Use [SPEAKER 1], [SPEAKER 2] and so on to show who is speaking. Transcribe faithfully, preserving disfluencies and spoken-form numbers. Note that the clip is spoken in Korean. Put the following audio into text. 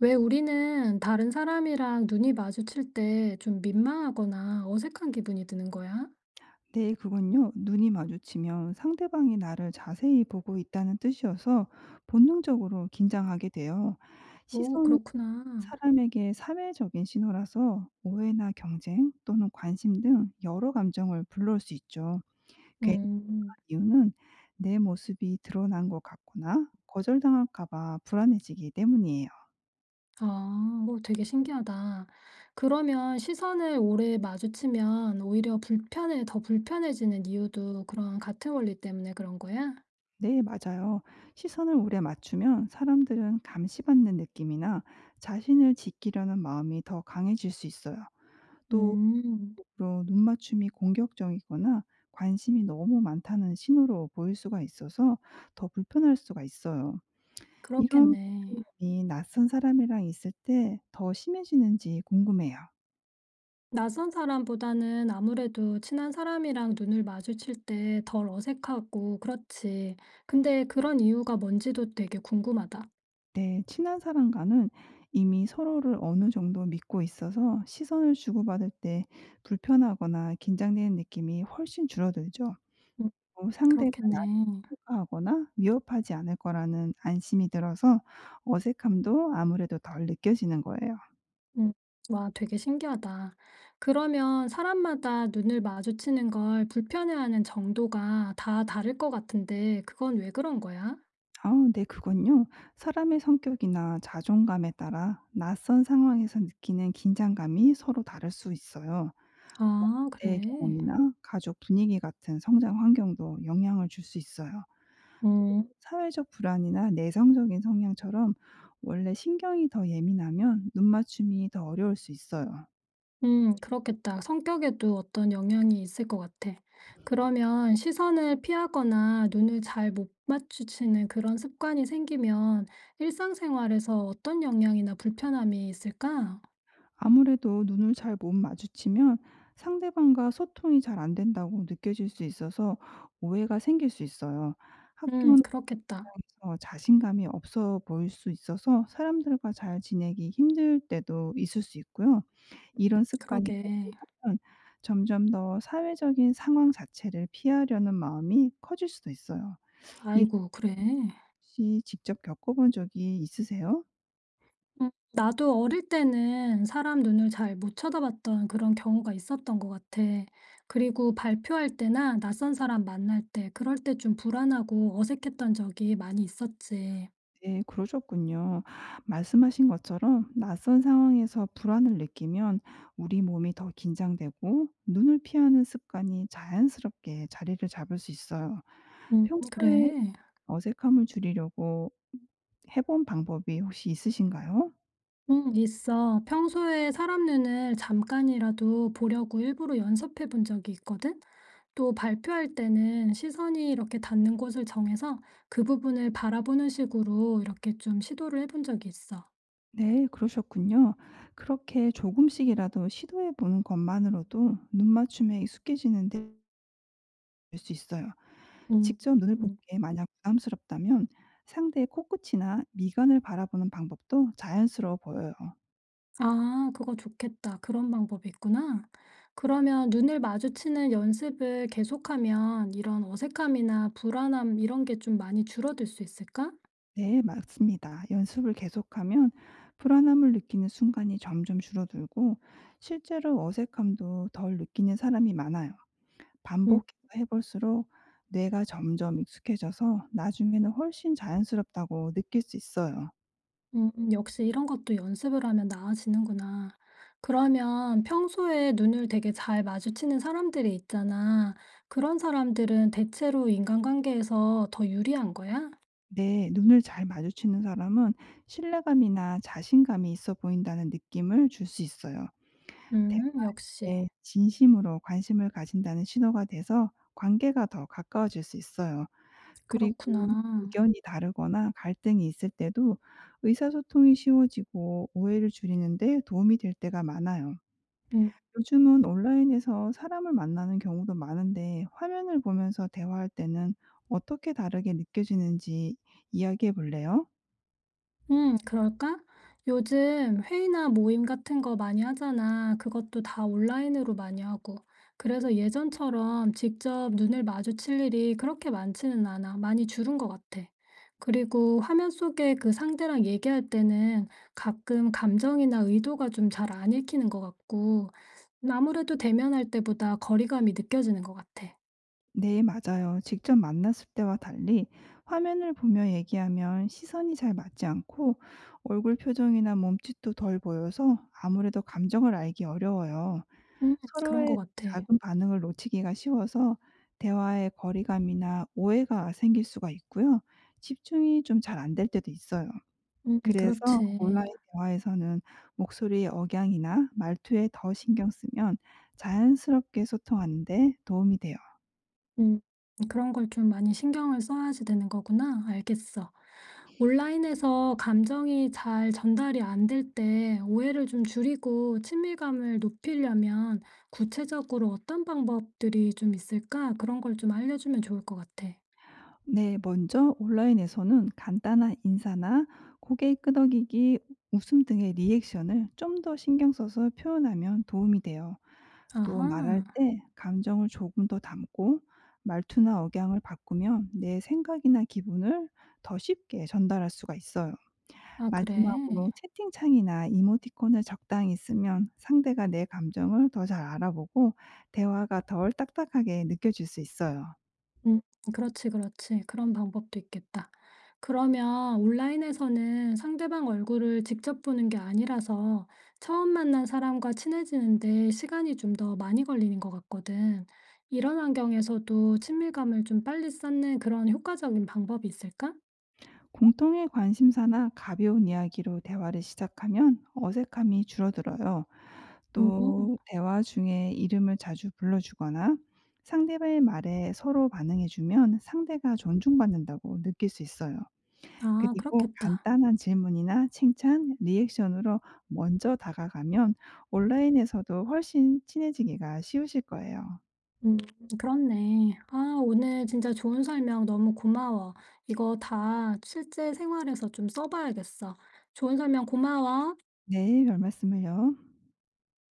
[SPEAKER 1] 왜 우리는 다른 사람이랑 눈이 마주칠 때 좀 민망하거나 어색한 기분이 드는 거야?
[SPEAKER 2] 네, 그건요. 눈이 마주치면 상대방이 나를 자세히 보고 있다는 뜻이어서 본능적으로 긴장하게 돼요.
[SPEAKER 1] 오,
[SPEAKER 2] 시선은
[SPEAKER 1] 그렇구나.
[SPEAKER 2] 사람에게 사회적인 신호라서 오해나 경쟁 또는 관심 등 여러 감정을 불러올 수 있죠. 괜히
[SPEAKER 1] 음,
[SPEAKER 2] 이유는 내 모습이 드러난 것 같거나 거절당할까 봐 불안해지기 때문이에요.
[SPEAKER 1] 아, 오, 되게 신기하다. 그러면 시선을 오래 마주치면 오히려 불편해, 더 불편해지는 이유도 그런 같은 원리 때문에 그런 거야?
[SPEAKER 2] 네, 맞아요. 시선을 오래 맞추면 사람들은 감시받는 느낌이나 자신을 지키려는 마음이 더 강해질 수 있어요. 또,
[SPEAKER 1] 음,
[SPEAKER 2] 일부러 눈 맞춤이 공격적이거나 관심이 너무 많다는 신호로 보일 수가 있어서 더 불편할 수가 있어요. 이런
[SPEAKER 1] 그렇겠네.
[SPEAKER 2] 불편함이 낯선 사람이랑 있을 때 더 심해지는지 궁금해요.
[SPEAKER 1] 낯선 사람보다는 아무래도 친한 사람이랑 눈을 마주칠 때 덜 어색하고 그렇지. 근데 그런 이유가 뭔지도 되게 궁금하다.
[SPEAKER 2] 네. 친한 사람과는 이미 서로를 어느 정도 믿고 있어서 시선을 주고받을 때 불편하거나 긴장되는 느낌이 훨씬 줄어들죠.
[SPEAKER 1] 음,
[SPEAKER 2] 또 상대가
[SPEAKER 1] 그렇겠네.
[SPEAKER 2] 나를 평가하거나 위협하지 않을 거라는 안심이 들어서 어색함도 아무래도 덜 느껴지는 거예요.
[SPEAKER 1] 음, 와, 되게 신기하다. 그러면 사람마다 눈을 마주치는 걸 불편해하는 정도가 다 다를 것 같은데, 그건 왜 그런 거야?
[SPEAKER 2] 아 네. 그건요. 사람의 성격이나 자존감에 따라 낯선 상황에서 느끼는 긴장감이 서로 다를 수 있어요.
[SPEAKER 1] 아,
[SPEAKER 2] 내
[SPEAKER 1] 그래.
[SPEAKER 2] 경험이나 가족 분위기 같은 성장 환경도 영향을 줄 수 있어요.
[SPEAKER 1] 음.
[SPEAKER 2] 사회적 불안이나 내성적인 성향처럼 원래 신경이 더 예민하면 눈 맞춤이 더 어려울 수 있어요.
[SPEAKER 1] 음 그렇겠다. 성격에도 어떤 영향이 있을 것 같아. 그러면 시선을 피하거나 눈을 잘 못 마주치는 그런 습관이 생기면 일상생활에서 어떤 영향이나 불편함이 있을까?
[SPEAKER 2] 아무래도 눈을 잘 못 마주치면 상대방과 소통이 잘 안 된다고 느껴질 수 있어서 오해가 생길 수 있어요.
[SPEAKER 1] 음
[SPEAKER 2] 학교나
[SPEAKER 1] 그렇겠다.
[SPEAKER 2] 직장에서 자신감이 없어 보일 수 있어서 사람들과 잘 지내기 힘들 때도 있을 수 있고요. 이런 습관이
[SPEAKER 1] 그러게.
[SPEAKER 2] 반복되면 점점 더 사회적인 상황 자체를 피하려는 마음이 커질 수도 있어요. 일
[SPEAKER 1] 아이고 그래.
[SPEAKER 2] 혹시 직접 겪어본 적이 있으세요?
[SPEAKER 1] 음 나도 어릴 때는 사람 눈을 잘 못 쳐다봤던 그런 경우가 있었던 것 같아. 그리고 발표할 때나 낯선 사람 만날 때 그럴 때 좀 불안하고 어색했던 적이 많이 있었지.
[SPEAKER 2] 네 그러셨군요. 말씀하신 것처럼 낯선 상황에서 불안을 느끼면 우리 몸이 더 긴장되고 눈을 피하는 습관이 자연스럽게 자리를 잡을 수 있어요.
[SPEAKER 1] 음
[SPEAKER 2] 평소에
[SPEAKER 1] 그래?
[SPEAKER 2] 어색함을 줄이려고 해본 방법이 혹시 있으신가요?
[SPEAKER 1] 응, 있어. 평소에 사람 눈을 잠깐이라도 보려고 일부러 연습해 본 적이 있거든? 또 발표할 때는 시선이 이렇게 닿는 곳을 정해서 그 부분을 바라보는 식으로 이렇게 좀 시도를 해본 적이 있어.
[SPEAKER 2] 네, 그러셨군요. 그렇게 조금씩이라도 시도해 보는 것만으로도 눈 맞춤에 익숙해지는 데 될 수 있어요.
[SPEAKER 1] 음.
[SPEAKER 2] 직접 눈을 보는
[SPEAKER 1] 음.
[SPEAKER 2] 게 만약 부담스럽다면 상대의 코끝이나 미간을 바라보는 방법도 자연스러워 보여요.
[SPEAKER 1] 아 그거 좋겠다. 그런 방법이 있구나. 그러면 눈을 마주치는 연습을 계속하면 이런 어색함이나 불안함 이런 게 좀 많이 줄어들 수 있을까?
[SPEAKER 2] 네, 맞습니다. 연습을 계속하면 불안함을 느끼는 순간이 점점 줄어들고 실제로 어색함도 덜 느끼는 사람이 많아요.
[SPEAKER 1] 음.
[SPEAKER 2] 반복해서 해 볼수록 뇌가 점점 익숙해져서 나중에는 훨씬 자연스럽다고 느낄 수 있어요.
[SPEAKER 1] 음 음, 역시 이런 것도 연습을 하면 나아지는구나. 그러면 평소에 눈을 되게 잘 마주치는 사람들이 있잖아. 그런 사람들은 대체로 인간관계에서 더 유리한 거야?
[SPEAKER 2] 네. 눈을 잘 마주치는 사람은 신뢰감이나 자신감이 있어 보인다는 느낌을 줄 수 있어요.
[SPEAKER 1] 음, 역시.
[SPEAKER 2] 대화에 진심으로 관심을 가진다는 신호가 돼서 관계가 더 가까워질 수 있어요. 그리고
[SPEAKER 1] 그렇구나.
[SPEAKER 2] 의견이 다르거나 갈등이 있을 때도 의사소통이 쉬워지고 오해를 줄이는 데 도움이 될 때가 많아요.
[SPEAKER 1] 음.
[SPEAKER 2] 요즘은 온라인에서 사람을 만나는 경우도 많은데 화면을 보면서 대화할 때는 어떻게 다르게 느껴지는지 이야기해 볼래요?
[SPEAKER 1] 음, 그럴까? 요즘 회의나 모임 같은 거 많이 하잖아. 그것도 다 온라인으로 많이 하고. 그래서 예전처럼 직접 눈을 마주칠 일이 그렇게 많지는 않아. 많이 줄은 것 같아. 그리고 화면 속에 그 상대랑 얘기할 때는 가끔 감정이나 의도가 좀 잘 안 읽히는 것 같고, 아무래도 대면할 때보다 거리감이 느껴지는 것 같아.
[SPEAKER 2] 네, 맞아요. 직접 만났을 때와 달리 화면을 보며 얘기하면 시선이 잘 맞지 않고 얼굴 표정이나 몸짓도 덜 보여서 아무래도 감정을 알기 어려워요.
[SPEAKER 1] 음, 그런 것
[SPEAKER 2] 서로의
[SPEAKER 1] 같아.
[SPEAKER 2] 작은 반응을 놓치기가 쉬워서 대화의 거리감이나 오해가 생길 수가 있고요. 집중이 좀 잘 안 될 때도 있어요.
[SPEAKER 1] 음,
[SPEAKER 2] 그래서
[SPEAKER 1] 그렇지.
[SPEAKER 2] 온라인 대화에서는 목소리의 억양이나 말투에 더 신경 쓰면 자연스럽게 소통하는 데 도움이 돼요.
[SPEAKER 1] 음. 그런 걸 좀 많이 신경을 써야지 되는 거구나. 알겠어. 온라인에서 감정이 잘 전달이 안 될 때 오해를 좀 줄이고 친밀감을 높이려면 구체적으로 어떤 방법들이 좀 있을까? 그런 걸 좀 알려주면 좋을 것 같아.
[SPEAKER 2] 네, 먼저 온라인에서는 간단한 인사나 고개 끄덕이기, 웃음 등의 리액션을 좀 더 신경 써서 표현하면 도움이 돼요. 또 말할
[SPEAKER 1] 아하.
[SPEAKER 2] 때 감정을 조금 더 담고 말투나 억양을 바꾸면 내 생각이나 기분을 더 쉽게 전달할 수가 있어요.
[SPEAKER 1] 아, 그래.
[SPEAKER 2] 마지막으로 채팅창이나 이모티콘을 적당히 쓰면 상대가 내 감정을 더 잘 알아보고 대화가 덜 딱딱하게 느껴질 수 있어요.
[SPEAKER 1] 음. 그렇지, 그렇지. 그런 방법도 있겠다. 그러면 온라인에서는 상대방 얼굴을 직접 보는 게 아니라서 처음 만난 사람과 친해지는데 시간이 좀 더 많이 걸리는 것 같거든. 이런 환경에서도 친밀감을 좀 빨리 쌓는 그런 효과적인 방법이 있을까?
[SPEAKER 2] 공통의 관심사나 가벼운 이야기로 대화를 시작하면 어색함이 줄어들어요.
[SPEAKER 1] 음.
[SPEAKER 2] 또 대화 중에 이름을 자주 불러주거나 상대방의 말에 서로 반응해주면 상대가 존중받는다고 느낄 수 있어요.
[SPEAKER 1] 아,
[SPEAKER 2] 그리고
[SPEAKER 1] 그렇겠다.
[SPEAKER 2] 간단한 질문이나 칭찬, 리액션으로 먼저 다가가면 온라인에서도 훨씬 친해지기가 쉬우실 거예요.
[SPEAKER 1] 음, 그렇네. 아, 오늘 진짜 좋은 설명 너무 고마워. 이거 다 실제 생활에서 좀 써봐야겠어. 좋은 설명 고마워.
[SPEAKER 2] 네, 별 말씀을요.